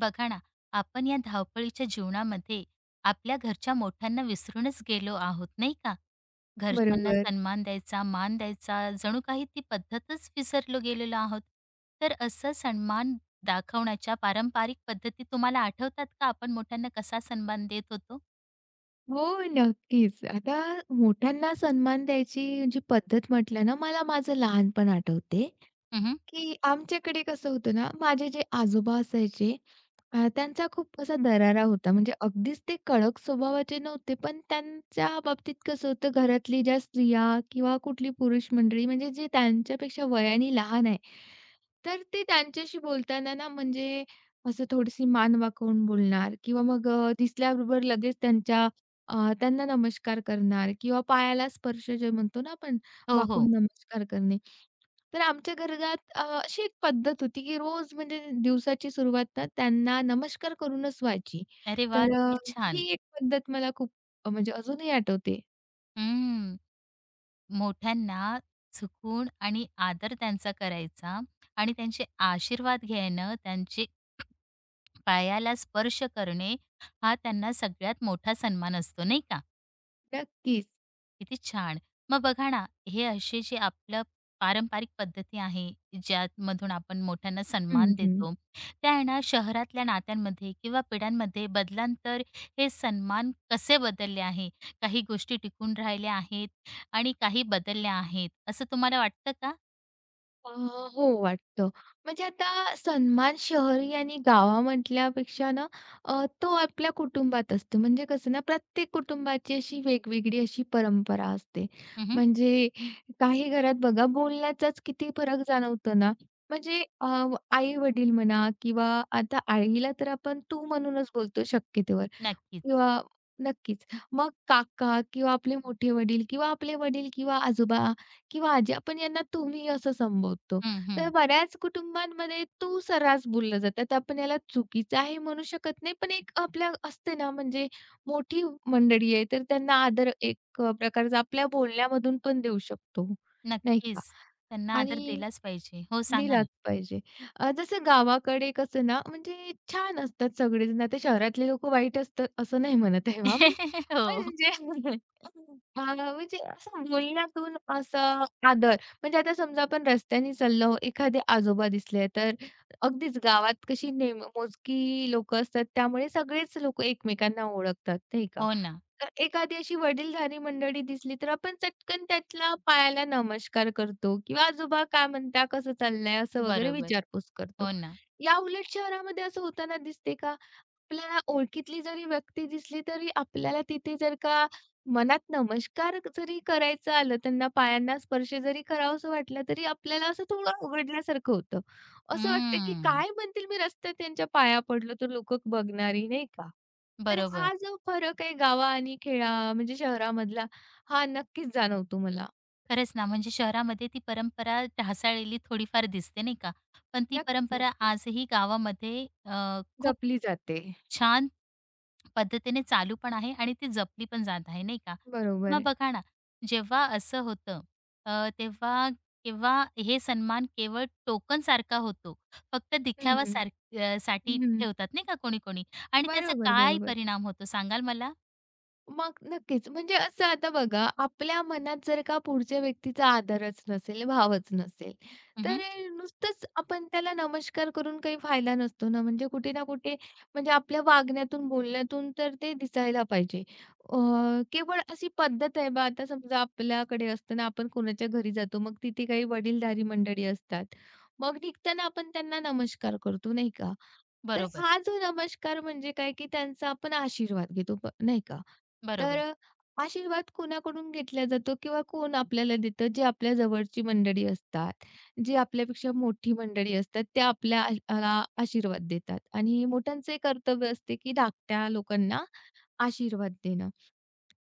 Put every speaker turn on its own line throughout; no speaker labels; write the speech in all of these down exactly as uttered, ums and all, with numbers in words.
बघा ना, आपण या धावपळीच्या जीवनामध्ये आपल्या घरच्या मोठ्यांना विसरूनच गेलो आहोत, नाही का? घरच्यांना
बरोबर.
सन्मान द्यायचा, मान द्यायचा, जणू काही ती पद्धतच विसरलो गेलेलो आहोत. तर असं सन्मान दाखवण्याच्या पारंपरिक पद्धती तुम्हाला आठवतात का? आपण मोठ्यांना कसा सन्मान देत होतो?
हो, नक्कीच. आता मोठ्यांना सन्मान द्यायची जी पद्धत म्हटलं ना, मला माझं लहानपण आठवते.
उहुं.
की आमच्याकडे कसं होतं ना, माझे जे आजोबा असायचे, अ, त्यांचा खूप असा दरारा होता. म्हणजे अगदीच ते कडक स्वभावाचे नव्हते, पण त्यांच्या बाबतीत कसं होतं, घरातली ज्या स्त्रिया किंवा कुठली पुरुष मंडळी म्हणजे जे त्यांच्यापेक्षा वयाने लहान आहे, तर ते त्यांच्याशी बोलताना ना म्हणजे असं थोडीशी मान वाकवून बोलणार किंवा मग अ, दिसल्याबरोबर लगेच त्यांच्या अ, त्यांना नमस्कार करणार किंवा पायाला स्पर्श जे म्हणतो ना आपण
हो, हो.
वाकून नमस्कार करणे. तर आमच्या घरात अ, अशी एक पद्धत होती, की रोज म्हणजे दिवसाची सुरुवात ना त्यांना नमस्कार करूनच व्हायची.
अरे वा,
तर अ,
किती छान.
ही एक पद्धत मला खूप अ, म्हणजे अजूनही आठवते.
हम्म. मोठ्यांना झुकून आणि आदर त्यांचा करायचा आणि त्यांचे आशीर्वाद घेणं, त्यांचे पायाला स्पर्श करणे, हा त्यांना सगळ्यात मोठा सन्मान असतो, नाही का?
नक्कीच.
किती छान. मग बघा ना, हे असे जे आपलं पारंपरिक पद्धती आहे, ज्यामधून आपण मोठ्यांना
हं,
सन्मान
हं.
देतो, त्या आहे ना शहरातल्या नात्यांमध्ये किंवा पिढ्यांमध्ये बदलांतर हे सन्मान कसे बदलले आहे? काही गोष्टी टिकून राहिल्या आहेत आणि काही बदलल्या आहेत, असं तुम्हाला वाटतं का?
अ, हो वाटतं. म्हणजे आता सन्मान शहरी आणि गावा म्हटल्यापेक्षा ना, अ, तो आपल्या कुटुंबात असतो. म्हणजे कसं ना प्रत्येक कुटुंबाची अशी वेगवेगळी अशी परंपरा असते.
हं,
म्हणजे काही घरात बघा बोलण्याचाच किती फरक जाणवतो ना. म्हणजे आई-वडील म्हणा किंवा आता आईला तर आपण तू म्हणूनच बोलतो शक्यतोवर.
नक्कीच.
किंवा नक्कीच. मग काका किंवा आपले मोठे वडील किंवा आपले वडील किंवा आजोबा किंवा आजी आपण यांना तुम्ही असं संबोधतो.
हं,
तर
हं.
बऱ्याच कुटुंबांमध्ये तू सर्रास बोललं जातं. तर आपण याला चुकीचं आहे म्हणू शकत नाही. पण एक आपल्या असते ना म्हणजे मोठी मंडळी आहे तर त्यांना आदर एक अ, प्रकारचा आपल्या बोलण्यामधून पण देऊ शकतो, नाही का?
नक्कीच. त्यांना आदर
आणि
दिलाच पाहिजे. हो, सांगा ना.
दिलाच पाहिजे. अ, जसं गावाकडे कसं ना म्हणजे छान असतात सगळेजण. आता शहरातले लोकं वाईट असतात असं नाही म्हणत आहे हां मी.
हो.
म्हणजे अ, म्हणजे असं बोलण्यातून असं आदर म्हणजे आता समजा आपण रस्त्याने चाललो, एखादे आजोबा दिसले तर अगदीच गावात कशी नेम मोजकी लोकं असतात, त्यामुळे सगळेच लोकं एकमेकांना ओळखतात, नाही का?
हो ना.
तर एखादी अशी वडीलधारी मंडळी दिसली, तर आपण चटकन त्यातला पायाला नमस्कार करतो किंवा "आजोबा काय म्हणता? कसं चाललंय?" असं वगैरे
बरोबर.
विचारपूस करतो.
हो ना.
या उलट शहरामध्ये असं होताना दिसते का? आपल्याला ओळखीतली जरी व्यक्ती दिसली तरी आपल्याला तिथे जर का मनात नमस्कार जरी करायचं आलं, त्यांना पायांना स्पर्श जरी करावासं वाटला, तरी आपल्याला असं थोडं अवघडल्यासारखं होतं. असं वाटतं की
हं.
काय म्हणतील मी रस्त्यात त्यांच्या पाया पडलो तर लोकं बघणारी, नाही का? तर
बरोबर.
हा जो फरक आहे गावा आणि खेडा म्हणजे शहरामधला, हा नक्कीच जाणवतो मला.
खरंच ना, म्हणजे शहरामध्ये ती परंपरा ढासाळलेली थोडीफार दिसते नाही का? पण ती
नक्कीच,
परंपरा
नक्की.
आजही गावामध्ये अ, खूप
जपली जाते.
छान पद्धतीने चालू पण आहे आणि ती जपली पण जात आहे, नाही का? मग
बरोबर.
बघा ना, जेव्हा असं होतं, अ, तेव्हा किंवा हे सन्मान केवळ टोकनसारखा होतो. फक्त
हं,
दिखावा
हं.
सार अ, साठी ठेवतात नाही का कोणी-कोणी, आणि त्याचा
बरोबर,
काय
बरोबर.
परिणाम होतो सांगाल मला?
मग नक्कीच. म्हणजे असं आता बघा, आपल्या मनात जर का पुढच्या व्यक्तीचा आदरच नसेल, भावच नसेल, तर अ, नुसतंच आपण त्याला नमस्कार करून काही फायदा नसतो ना. म्हणजे कुठे ना कुठे म्हणजे आपल्या वागण्यातून, बोलण्यातून तर ते दिसायला पाहिजे. अ, केवळ अशी पद्धत आहे बा आता समजा आपल्याकडे असताना आपण कोणाच्या घरी जातो, मग तिथे काही वडीलधारी मंडळी असतात. मग निघताना आपण त्यांना नमस्कार करतो, नाही का? तर
बरोबर,
हा जो नमस्कार म्हणजे काय, की त्यांचा आपण आशीर्वाद घेतो, प नाही का? तर
बरोबर.
अ, आशीर्वाद कोणाकडून घेतला जातो किंवा कोण आपल्याला देतं? जे आपल्या जवळची मंडळी असतात, जी आपल्यापेक्षा मोठी मंडळी असतात, त्या आपल्या आश- आला आशीर्वाद देतात आणि मोठ्यांचे कर्तव्य असते की धाकट्या लोकांना आशीर्वाद देणं.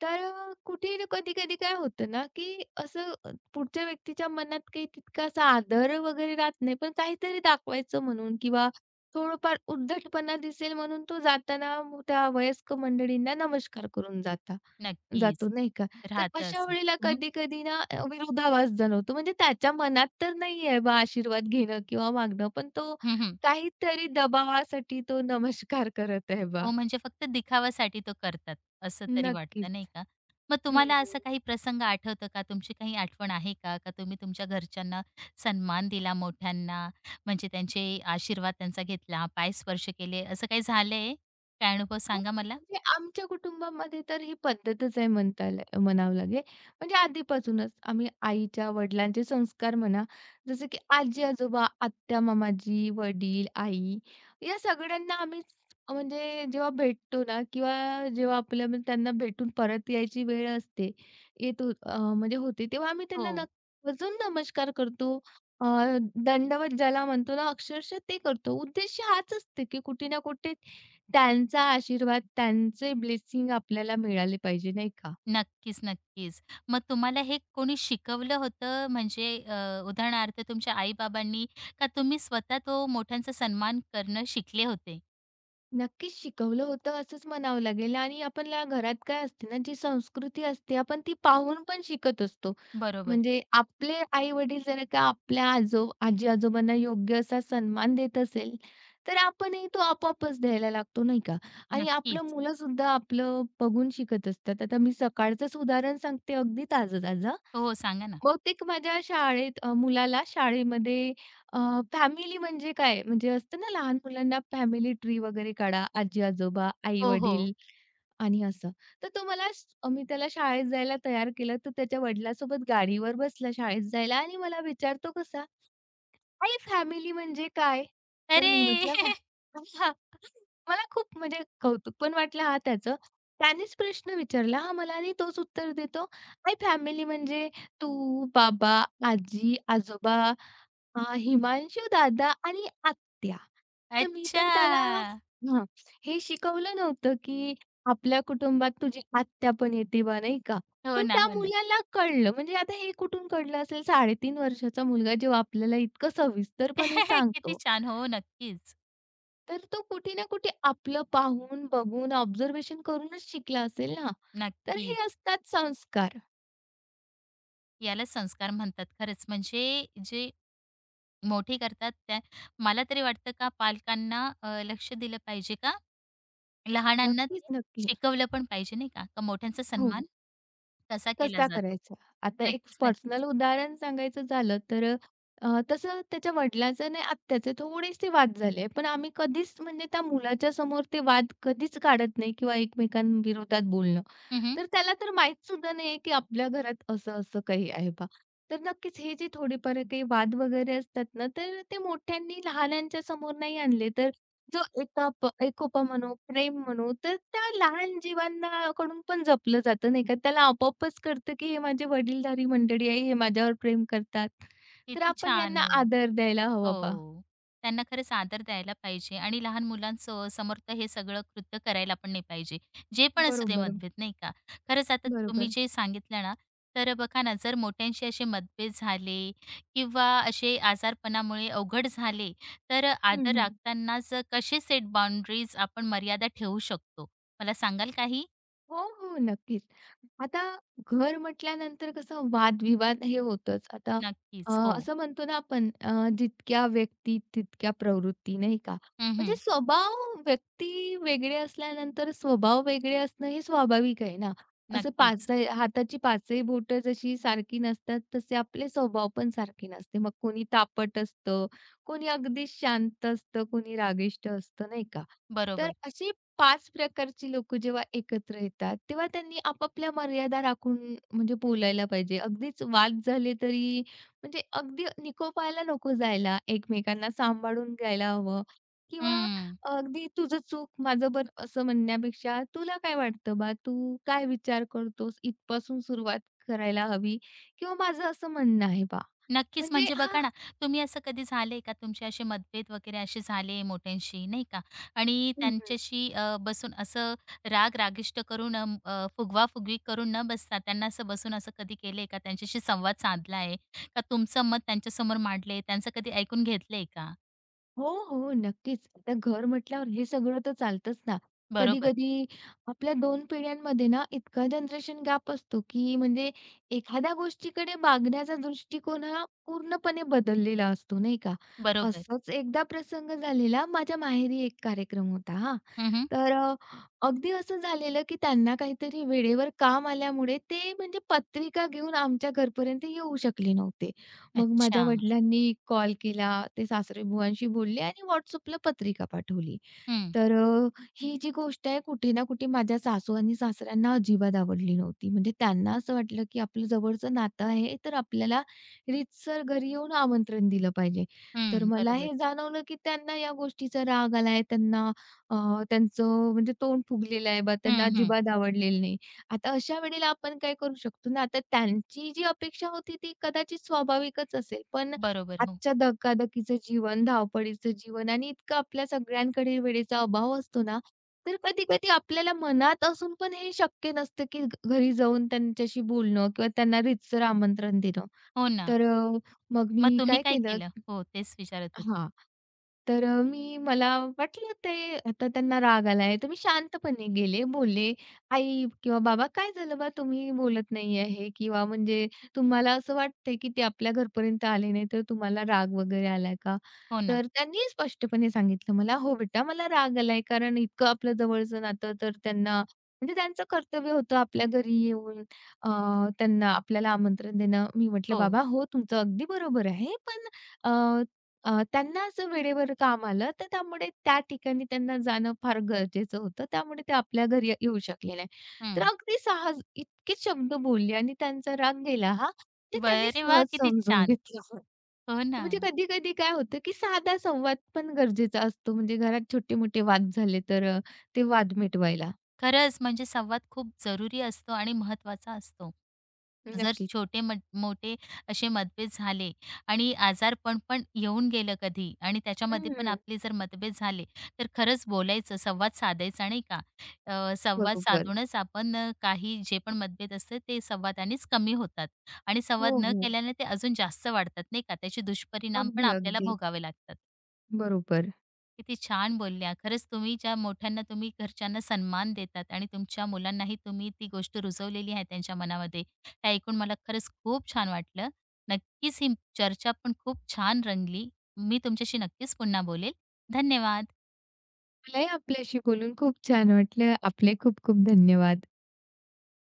तर अ, कुठे कधी-कधी काय होतं ना, की असं अ, पुढच्या व्यक्तीच्या मनात काही तितकासा आदर वगैरे राहत नाही, पण काहीतरी दाखवायचं म्हणून किंवा थोडंफार उद्धटपणा दिसेल म्हणून तो जाताना मग त्या वयस्क मंडळींना नमस्कार करून जाता जातो
नक्कीच.
नाही का? तर
राहतं
अशा
असं.
वेळेला
हं, हं.
कधी-कधी ना अ, विरोधाभास जाणवतो. म्हणजे त्याच्या मनात तर नाही बा आशीर्वाद घेणं किंवा मागणं, पण तो
हं, हं.
काहीतरी दबावासाठी तो नमस्कार करत आहे बा.
हो, म्हणजे फक्त दिखावासाठी तो करतात, असं तरी वाटतं नाही
नक्कीच.
का? मग
हं,
तुम्हाला असा काही प्रसंग आठवतो का? तुमची काही आठवण आहे का? का तुम्ही तुमच्या घरच्यांना सन्मान दिला मोठ्यांना, म्हणजे त्यांचे आशीर्वाद त्यांचा घेतला, पाय स्पर्श केले, असं काही झालंय? काय अनुभव
हो,
सांगा मला?
म्हणजे आमच्या कुटुंबामध्ये तर ही पद्धतच आहे म्हणता येईल म्हणावं लागेल. म्हणजे आधीपासूनच आम्ही आईच्या, वडिलांचे संस्कार म्हणा, जसं की आजी-आजोबा, आत्या-मामाजी, वडील, आई या सगळ्यांना आम्ही म्हणजे जेव्हा भेटतो ना किंवा जेव्हा आपल्या म्हणजे त्यांना भेटून परत यायची वेळ असते, येत हो अ, म्हणजे होते, तेव्हा आम्ही त्यांना
हो.
नक आवर्जून नमस्कार करतो. अ, दंडवत ज्याला म्हणतो ना, अक्षरशः ते करतो. उद्देश हाच असते, की कुठे ना कुठे त्यांचा आशीर्वाद, त्यांचे ब्लेसिंग आपल्याला मिळाले पाहिजे, नाही का?
नक्कीच, नक्कीच. मग तुम्हाला हे कोणी शिकवलं होतं, म्हणजे अ, उदाहरणार्थ तुमच्या आई-बाबांनी, का तुम्ही स्वतः तो मोठ्यांचा सन्मान करणं शिकले होते?
नक्कीच शिकवलं होतं असंच म्हणावं लागेल आणि आपल्या घरात काय असते ना, जी संस्कृती असते आपण ती पाहून पण शिकत असतो.
बरोबर.
म्हणजे आपले आई-वडील जर का आपल्या आजो आजी-आजोबांना योग्य असा सन्मान देत असेल, तर आपणही तो आपोआपच द्यायला लागतो, नाही का? आणि आपलं
नक्कीच.
मुलंसुद्धा आपलं बघून शिकत असतात. आता मी सकाळचंच उदाहरण सांगते, अगदी ताजं-ताजं.
हो, हो. सांगा ना.
बहुतेक माझ्या शाळेत अ, मुलाला शाळेमध्ये फॅमिली म्हणजे काय म्हणजे असतं ना लहान मुलांना फॅमिली ट्री वगैरे काढा, आजी-आजोबा,
हो, हो.
आई-वडील आणि असं. तर तो मला स अ, मी त्याला शाळेत जायला तयार केलं. तर त्याच्या वडिलांसोबत गाडीवर बसला शाळेत जायला आणि मला विचारतो कसा, आई फॅमिली म्हणजे काय? तर
अरे!
मी म्हटलं फॅ हां. मला खूप म्हणजे कौतुक पण वाटलं हां त्याचं. त्यानेच प्रश्न विचारला हां मला आणि तोच उत्तर देतो, "आई फॅमिली म्हणजे तू, बाबा, आजी, आजोबा, अ, हिमांशू दादा आणि आत्या." तर मी
अच्छा.
तर त्याला हां, हे शिकवलं नव्हतं, की आपल्या कुटुंबात तुझी आत्या पण येते बा, नाही का?
हो
पण
ना,
त्या
हो ना.
मुलाला कळलं. म्हणजे आता हे कुठून कळलं असेल? साडेतीन वर्षाचा मुलगा जेव्हा आपल्याला इतकं सविस्तरपणे
किती
सांगतो,
छान. हो, नक्कीच.
तर तो कुठे ना कुठे आपलं पाहून, बघून, ऑब्झर्वेशन करूनच शिकला असेल ना. तर हे
नक्कीच.
असतात संस्कार.
याला संस्कार म्हणतात खरंच. म्हणजे जे मोठी करतात त्या, मला तरी वाटतं का पालकांना अ, लक्ष दिलं पाहिजे का? लहानांना
नक्कीच,
ते
नक्की.
शिकवलं पण पाहिजे नाही का? का मोठ्यांचा
हो.
सन्मान कसा केला
कसा
जातो.
करायचा? आता एक
नक्कीच, नक्कीच.
पर्सनल उदाहरण सांगायचं झालं तर अ, तसं त्याच्या वडिलांचं आणि आत्याचे थोडेसे वाद झाले. पण आम्ही कधीच म्हणजे त्या मुलाच्या समोर ते वाद कधीच काढत नाही किंवा एकमेकांविरोधात बोलणं,
हं, हं.
तर त्याला तर माहीत सुद्धा नाहीये, की आपल्या घरात असं-असं काही आहे बा. तर नक्कीच हे जे थोडेफार काही वाद वगैरे असतात ना, तर ते मोठ्यांनी लहानांच्या समोर नाही आणले, तर जो एकाप एकोपा म्हणू, प्रेम म्हणू, तर त्या लहान जीवांना कडून पण जपलं जातं नाही का. त्याला आपोआपच कळतं, की हे माझे वडीलधारी मंडळी आहे, हे माझ्यावर प्रेम करतात. तर
किती
आपण
छान
यांना
हो.
आदर द्यायला हवा बा.
हो. त्यांना खरंच आदर द्यायला पाहिजे आणि लहान मुलांसो समोर तर हे सगळं कृत्य करायला पण नाही पाहिजे. जे पण असू दे
बरोबर,
मतभेद, नाही का? खरंच आता तुम्ही
बरोबर.
जे सांगितलं ना, तर बघा ना, जर मोठ्यांशी असे मतभेद झाले किंवा असे आजारपणामुळे अवघड झाले, तर
हं,
आदर
हं.
राखतानाच कसे सेट बाउंडरीज आपण मर्यादा ठेवू शकतो? मला सांगाल काही?
हो, हो. नक्कीच. आता घर म्हटल्यानंतर कसं वादविवाद हे होतच. आता अ,
नक्कीच. हो.
असं म्हणतो ना आपण अ, जितक्या व्यक्ती तितक्या प्रवृत्ती, नाही का?
हं,
म्हणजे
हं.
स्वभाव व्यक्ती वेगळे असल्यानंतर स्वभाव वेगळे असणं हे स्वाभाविक आहे ना. असं
नक्कीच.
पाच हाताची पाचही बोटं जशी सारखी नसतात, तसे आपले स्वभाव पण सारखे नसते. मग कोणी तापट असतं, कोणी अगदी शांत असतं, कोणी रागिष्ट असतं, नाही का? तर
बरोबर.
असे पाच प्रकारची लोकं जेव्हा एकत्र येतात, तेव्हा त्यांनी आपापल्या मर्यादा राखून म्हणजे बोलायला पाहिजे. अगदीच वाद झाले तरी म्हणजे अगदी निकोपाला नको जायला. एकमेकांना सांभाळून घ्यायला हवं किंवा
हं.
अगदी तुझं चूक, माझं बरं असं म्हणण्यापेक्षा, तुला काय वाटतं बा? तू काय विचार करतोस? इथपासून सुरुवात करायला हवी किंवा माझं असं म्हणणं आहे बा.
नक्कीच.
म्हणजे
म्हणजे
हां
बघा ना, तुम्ही असं कधी झालंय का तुमचे असे मतभेद वगैरे असे झाले मोठ्यांशी, नाही का? आणि त्यांच्याशी अ, बसून असं राग-रागिष्ट करून अं, अ, फुगवा करून न बसता त्यांना असं बसून असं कधी केलंय का? त्यांच्याशी संवाद साधलाय का? तुमचं मत त्यांच्यासमोर मांडलंय? त्यांचं कधी ऐकून घेतलंय का?
हो, हो. नक्कीच. आता घर म्हटल्यावर हे सगळं तर चालतंच ना.
बरोबर,
कधी-कधी आपल्या दोन पिढ्यांमध्ये ना इतका जनरेशन गॅप असतो, की म्हणजे एखाद्या गोष्टीकडे बघण्याचा दृष्टिकोन हा पूर्णपणे बदललेला असतो, नाही का?
बरोबर.
असंच एकदा प्रसंग झालेला, माझ्या माहेरी एक कार्यक्रम होता हां.
हं, हं.
तर अ, अगदी असं झालेलं, की त्यांना काहीतरी वेळेवर काम आल्यामुळे ते म्हणजे पत्रिका घेऊन आमच्या घरपर्यंत येऊ शकले नव्हते. मग
अच्छा.
माझ्या वडिलांनी कॉल केला. ते सासरे सासरेबुवांशी बोलले आणि WhatsAppला पत्रिका पाठवली.
हं,
तर अ, ही जी गोष्ट आहे कुठे ना कुठे माझ्या सासू आणि सासऱ्यांना अजिबात आवडली नव्हती. म्हणजे त्यांना असं वाटलं, की आपलं जवळचं नातं आहे, तर आपल्याला रीतसर घरी येऊन आमंत्रण दिलं पाहिजे. तर
हं.
मला
बरोबर.
हे जाणवलं, की त्यांना या गोष्टीचा राग आलाय. त्यांना अ, त्यांचं म्हणजे तोंड फुगलेलं आहे बा, त्यांना
हं, हं.
अजिबात आवडलेलं नाही. आता अशा वेळेला आपण काय करू शकतो ना, आता त्यांची जी अपेक्षा होती ती कदाचित स्वाभाविकच असेल, पण
बरोबर. हो.
आजच्या धकाधकीचं जीवन, धावपळीचं जीवन आणि इतकं आपल्या सगळ्यांकडे वेळेचा अभाव असतो ना, तर कधी-कधी आपल्याला मनात असून पण हे शक्य नसतं, की घ घरी जाऊन त्यांच्याशी बोलणं किंवा त्यांना रीतसर आमंत्रण देणं.
हो ना.
तर अ, मग मी
मग तुम्ही
काय
काय
केलं
केलं? हो, तेच विचारत होते.
हां. तर अ, मी मला वाटलं ते आता त्यांना राग आलाय, तर मी शांतपणे गेले, बोलले, "आई किंवा बाबा काय झालं बा, तुम्ही बोलत नाही आहे?" किंवा म्हणजे तुम्हाला असं वाटतंय, की ते आपल्या घरपर्यंत आले नाही, तर तुम्हाला राग वगैरे आलाय का?
हो ना.
तर त्यांनी स्पष्टपणे सांगितलं मला, "हो बेटा, मला राग आलाय, कारण इतकं आपलं जवळचं नातं, तर त्यांना म्हणजे त्यांचं कर्तव्य होतं आपल्या घरी येऊन अ, त्यांना आपल्याला आमंत्रण देणं." मी म्हटलं,
हो.
"बाबा, हो, तुमचं अगदी बरोबर आहे, पण अ, अ, त्यांना असं वेळेवर काम आलं, तर त्यामुळे त्या ठिकाणी त्यांना जाणं फार गरजेचं होतं. त्यामुळे ते आपल्या घरी येऊ शकले नाही." तर
हं.
अगदी सहज इतके शब्द बोलले आणि त्यांचा राग गेला हां, ते त्यांनी
बरे वाह!
सहज
किती
समजून
छान.
घेतलं.
हो ना.
म्हणजे कधी-कधी काय होतं, की साधा संवाद पण गरजेचा असतो. म्हणजे घरात छोटे-मोठे वाद झाले तर अ, ते वाद मिटवायला.
खरंच म्हणजे संवाद खूप जरुरी असतो आणि महत्वाचा असतो. जर
नक्कीच.
छोटे मट मोठे असे मतभेद झाले आणि आजारपण पण येऊन गेलं कधी आणि त्याच्यामध्ये पण
हं.
आपले जर मतभेद झाले, तर खरंच बोलायचं, संवाद साधायचा नाही का? अ, संवाद
बरोबर.
साधूनच आपण अ, काही जे पण मतभेद असतात ते संवादानेच कमी होतात आणि संवाद
हो,
न
हो.
केल्याने ते अजून जास्त वाढतात नाही का? त्याचे दुष्परिणाम पण
अगदी,
आपल्याला
अगदी.
भोगावे लागतात.
बरोबर.
किती छान बोलल्या. खरंच तुम्ही ज्या मोठ्यांना, तुम्ही घरच्यांना सन्मान देतात आणि तुमच्या मुलांनाही तुम्ही ती गोष्ट रुजवलेली आहे त्यांच्या मनामध्ये. हे ऐकून मला खरंच खूप छान वाटलं. नक्कीच ही चर्चा पण खूप छान रंगली. मी तुमच्याशी नक्कीच पुन्हा बोलेल. धन्यवाद.
मलाही आपल्याशी बोलून खूप छान वाटलं. आपले खूप खूप धन्यवाद.